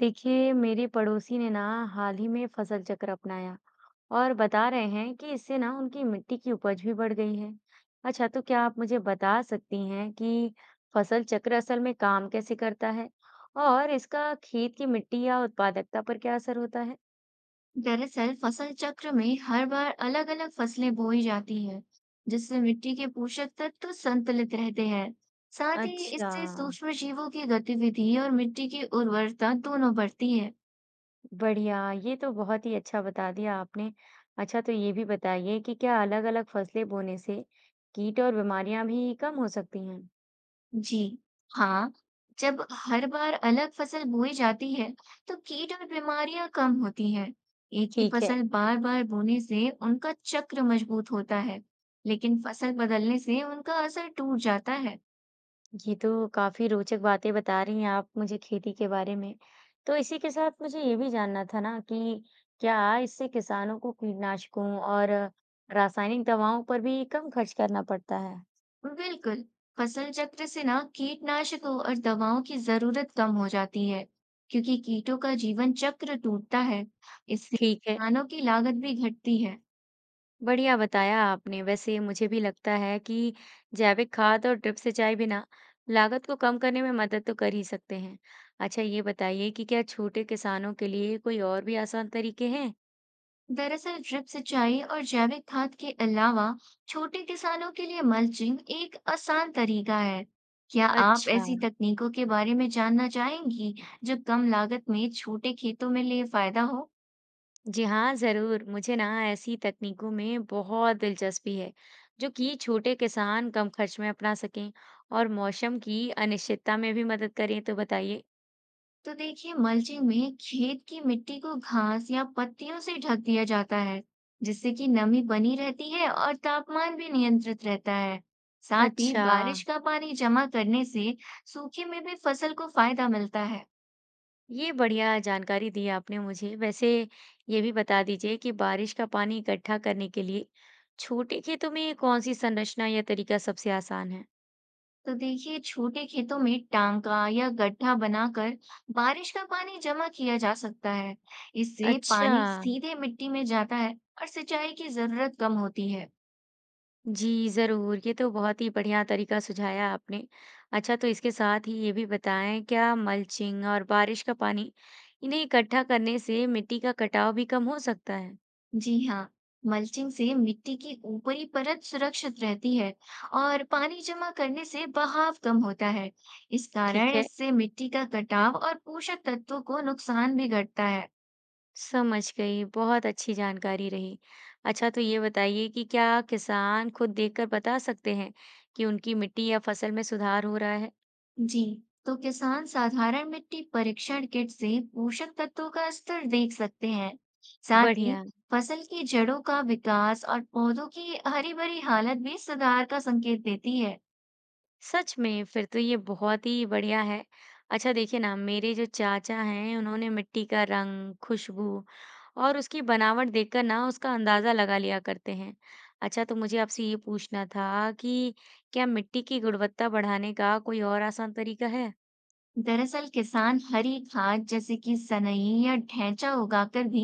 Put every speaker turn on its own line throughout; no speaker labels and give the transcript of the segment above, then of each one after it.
देखिए मेरे पड़ोसी ने ना हाल ही में फसल चक्र अपनाया और बता रहे हैं कि इससे ना उनकी मिट्टी की उपज भी बढ़ गई है। अच्छा, तो क्या आप मुझे बता सकती हैं कि फसल चक्र असल में काम कैसे करता है और इसका खेत की मिट्टी या उत्पादकता पर क्या असर होता है।
दरअसल फसल चक्र में हर बार अलग अलग फसलें बोई जाती हैं, जिससे मिट्टी के पोषक तत्व संतुलित रहते हैं। साथ ही
अच्छा,
इससे सूक्ष्म जीवों की गतिविधि और मिट्टी की उर्वरता दोनों बढ़ती है।
बढ़िया, ये तो बहुत ही अच्छा बता दिया आपने। अच्छा, तो ये भी बताइए कि क्या अलग-अलग फसलें बोने से कीट और बीमारियां भी कम हो सकती हैं।
जी हाँ, जब हर बार अलग फसल बोई जाती है, तो कीट और बीमारियां कम होती हैं। एक ही
ठीक है,
फसल बार बार बोने से उनका चक्र मजबूत होता है, लेकिन फसल बदलने से उनका असर टूट जाता है।
ये तो काफ़ी रोचक बातें बता रही हैं आप मुझे खेती के बारे में। तो इसी के साथ मुझे ये भी जानना था ना कि क्या इससे किसानों को कीटनाशकों और रासायनिक दवाओं पर भी कम खर्च करना पड़ता है?
बिल्कुल, फसल चक्र से ना कीटनाशकों और दवाओं की जरूरत कम हो जाती है, क्योंकि कीटों का जीवन चक्र टूटता है। इससे
ठीक है,
किसानों की लागत भी घटती है।
बढ़िया बताया आपने। वैसे मुझे भी लगता है कि जैविक खाद और ड्रिप सिंचाई बिना लागत को कम करने में मदद तो कर ही सकते हैं। अच्छा ये बताइए कि क्या छोटे किसानों के लिए कोई और भी आसान तरीके हैं?
दरअसल ड्रिप सिंचाई और जैविक खाद के अलावा छोटे किसानों के लिए मल्चिंग एक आसान तरीका है। क्या आप
अच्छा।
ऐसी तकनीकों के बारे में जानना चाहेंगी जो कम लागत में छोटे खेतों में लिए फायदा हो?
जी हाँ, ज़रूर। मुझे ना ऐसी तकनीकों में बहुत दिलचस्पी है, जो कि छोटे किसान कम खर्च में अपना सकें और मौसम की अनिश्चितता में भी मदद करें, तो बताइए?
तो देखिए, मल्चिंग में खेत की मिट्टी को घास या पत्तियों से ढक दिया जाता है, जिससे कि नमी बनी रहती है और तापमान भी नियंत्रित रहता है। साथ ही
अच्छा,
बारिश का पानी जमा करने से सूखे में भी फसल को फायदा मिलता है।
ये बढ़िया जानकारी दी आपने मुझे। वैसे ये भी बता दीजिए कि बारिश का पानी इकट्ठा करने के लिए छोटे खेतों में कौन-सी संरचना या तरीका सबसे आसान है?
तो देखिए, छोटे खेतों में टांका या गड्ढा बनाकर बारिश का पानी जमा किया जा सकता है। इससे
अच्छा।
पानी सीधे मिट्टी में जाता है और सिंचाई की जरूरत कम होती है।
जी, ज़रूर। ये तो बहुत ही बढ़िया तरीका सुझाया आपने। अच्छा, तो इसके साथ ही ये भी बताएँ, क्या मल्चिंग और बारिश का पानी इन्हें इकट्ठा करने से मिट्टी का कटाव भी कम हो सकता है?
जी हाँ, मल्चिंग से मिट्टी की ऊपरी परत सुरक्षित रहती है और पानी जमा करने से बहाव कम होता है। इस कारण
ठीक है।
इससे मिट्टी का कटाव और पोषक तत्वों को नुकसान भी घटता है।
समझ गई, बहुत अच्छी जानकारी रही। अच्छा, तो ये बताइए कि क्या किसान खुद देखकर बता सकते हैं कि उनकी मिट्टी या फसल में सुधार हो रहा है?
जी, तो किसान साधारण मिट्टी परीक्षण किट से पोषक तत्वों का स्तर देख सकते हैं। साथ ही
बढ़िया।
फसल की जड़ों का विकास और पौधों की हरी भरी हालत भी सुधार का संकेत देती है।
सच में! फिर तो ये बहुत ही बढ़िया है। अच्छा, देखिए ना, मेरे जो चाचा हैं, उन्होंने मिट्टी का रंग, खुशबू और उसकी बनावट देखकर ना उसका अंदाज़ा लगा लिया करते हैं। अच्छा, तो मुझे आपसे ये पूछना था कि क्या मिट्टी की गुणवत्ता बढ़ाने का कोई और आसान तरीका है?
दरअसल किसान हरी खाद जैसे कि सनई या ढैंचा उगाकर भी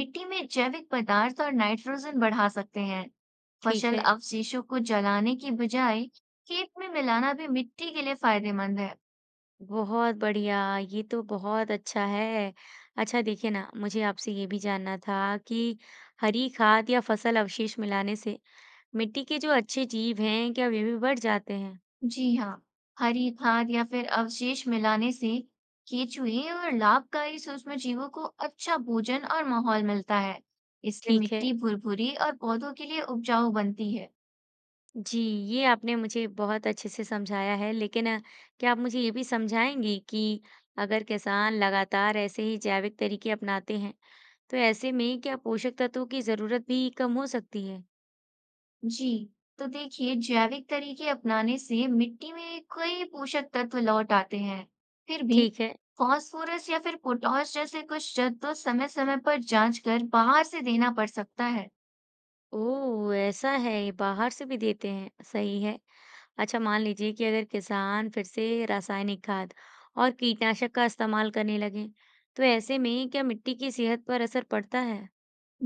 मिट्टी में जैविक पदार्थ और नाइट्रोजन बढ़ा सकते हैं।
ठीक
फसल
है,
अवशेषों को जलाने की बजाय खेत में मिलाना भी मिट्टी के लिए फायदेमंद है।
बहुत बढ़िया, ये तो बहुत अच्छा है। अच्छा, देखिए ना, मुझे आपसे ये भी जानना था कि हरी खाद या फसल अवशेष मिलाने से मिट्टी के जो अच्छे जीव हैं, क्या वे भी बढ़ जाते हैं?
जी हाँ, हरी खाद या फिर अवशेष मिलाने से केंचुए और लाभकारी सूक्ष्मजीवों को अच्छा भोजन और माहौल मिलता है। इससे
ठीक है।
मिट्टी भुरभुरी और पौधों के लिए उपजाऊ बनती है।
जी, ये आपने मुझे बहुत अच्छे से समझाया है, लेकिन क्या आप मुझे ये भी समझाएँगी कि अगर किसान लगातार ऐसे ही जैविक तरीके अपनाते हैं, तो ऐसे में क्या पोषक तत्वों की ज़रूरत भी कम हो सकती है?
जी, तो देखिए, जैविक तरीके अपनाने से मिट्टी में कई पोषक तत्व लौट आते हैं। फिर भी
ठीक है।
फास्फोरस या फिर पोटाश जैसे कुछ तत्व समय समय पर जांच कर बाहर से देना पड़ सकता है।
ओह! ऐसा है, बाहर से भी देते हैं। सही है। अच्छा, मान लीजिए कि अगर किसान फिर से रासायनिक खाद और कीटनाशक का इस्तेमाल करने लगे, तो ऐसे में क्या मिट्टी की सेहत पर असर पड़ता है?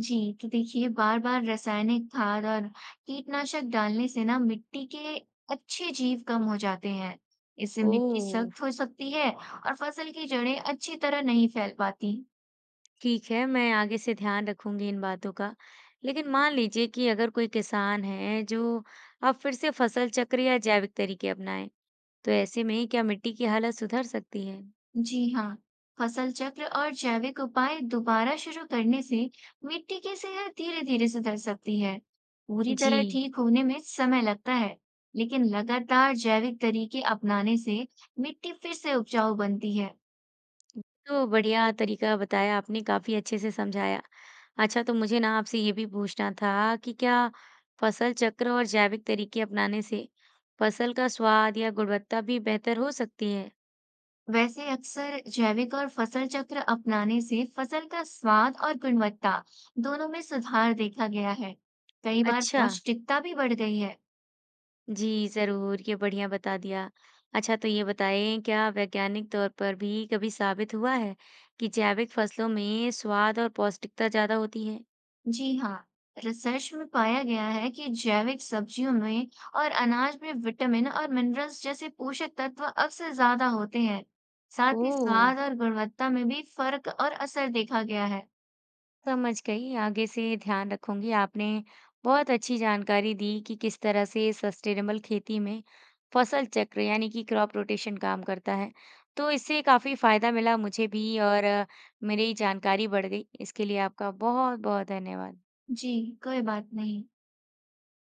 जी, तो देखिए, बार बार रासायनिक खाद और कीटनाशक डालने से ना मिट्टी के अच्छे जीव कम हो जाते हैं। इससे मिट्टी सख्त
ओह,
हो सकती है और फसल की जड़ें अच्छी तरह नहीं फैल पाती।
ठीक है, मैं आगे से ध्यान रखूंगी इन बातों का। लेकिन मान लीजिए कि अगर कोई किसान है जो अब फिर से फसल चक्र या जैविक तरीके अपनाए, तो ऐसे में क्या मिट्टी की हालत सुधर सकती है?
जी हाँ, फसल चक्र और जैविक उपाय दोबारा शुरू करने से मिट्टी की सेहत धीरे धीरे सुधर सकती है। पूरी तरह
जी,
ठीक होने में समय लगता है, लेकिन लगातार जैविक तरीके अपनाने से मिट्टी फिर से उपजाऊ बनती है।
तो बढ़िया तरीका बताया आपने, काफ़ी अच्छे से समझाया। अच्छा, तो मुझे ना आपसे ये भी पूछना था कि क्या फसल चक्र और जैविक तरीके अपनाने से फसल का स्वाद या गुणवत्ता भी बेहतर हो सकती है?
वैसे अक्सर जैविक और फसल चक्र अपनाने से फसल का स्वाद और गुणवत्ता दोनों में सुधार देखा गया है। कई बार
अच्छा।
पौष्टिकता भी बढ़ गई है।
जी, ज़रूर, ये बढ़िया बता दिया। अच्छा, तो ये बताएँ, क्या वैज्ञानिक तौर पर भी कभी साबित हुआ है कि जैविक फसलों में स्वाद और पौष्टिकता ज़्यादा होती है?
जी हाँ, रिसर्च में पाया गया है कि जैविक सब्जियों में और अनाज में विटामिन और मिनरल्स जैसे पोषक तत्व अक्सर ज्यादा होते हैं। साथ ही
ओह!
स्वाद और गुणवत्ता में भी फर्क और असर देखा गया है।
समझ गई। आगे से ध्यान रखूँगी। आपने बहुत अच्छी जानकारी दी कि किस तरह से सस्टेनेबल खेती में फसल चक्र यानी कि क्रॉप रोटेशन काम करता है। तो इससे काफ़ी फ़ायदा मिला मुझे भी और मेरी जानकारी बढ़ गई। इसके लिए आपका बहुत-बहुत धन्यवाद।
जी, कोई बात नहीं।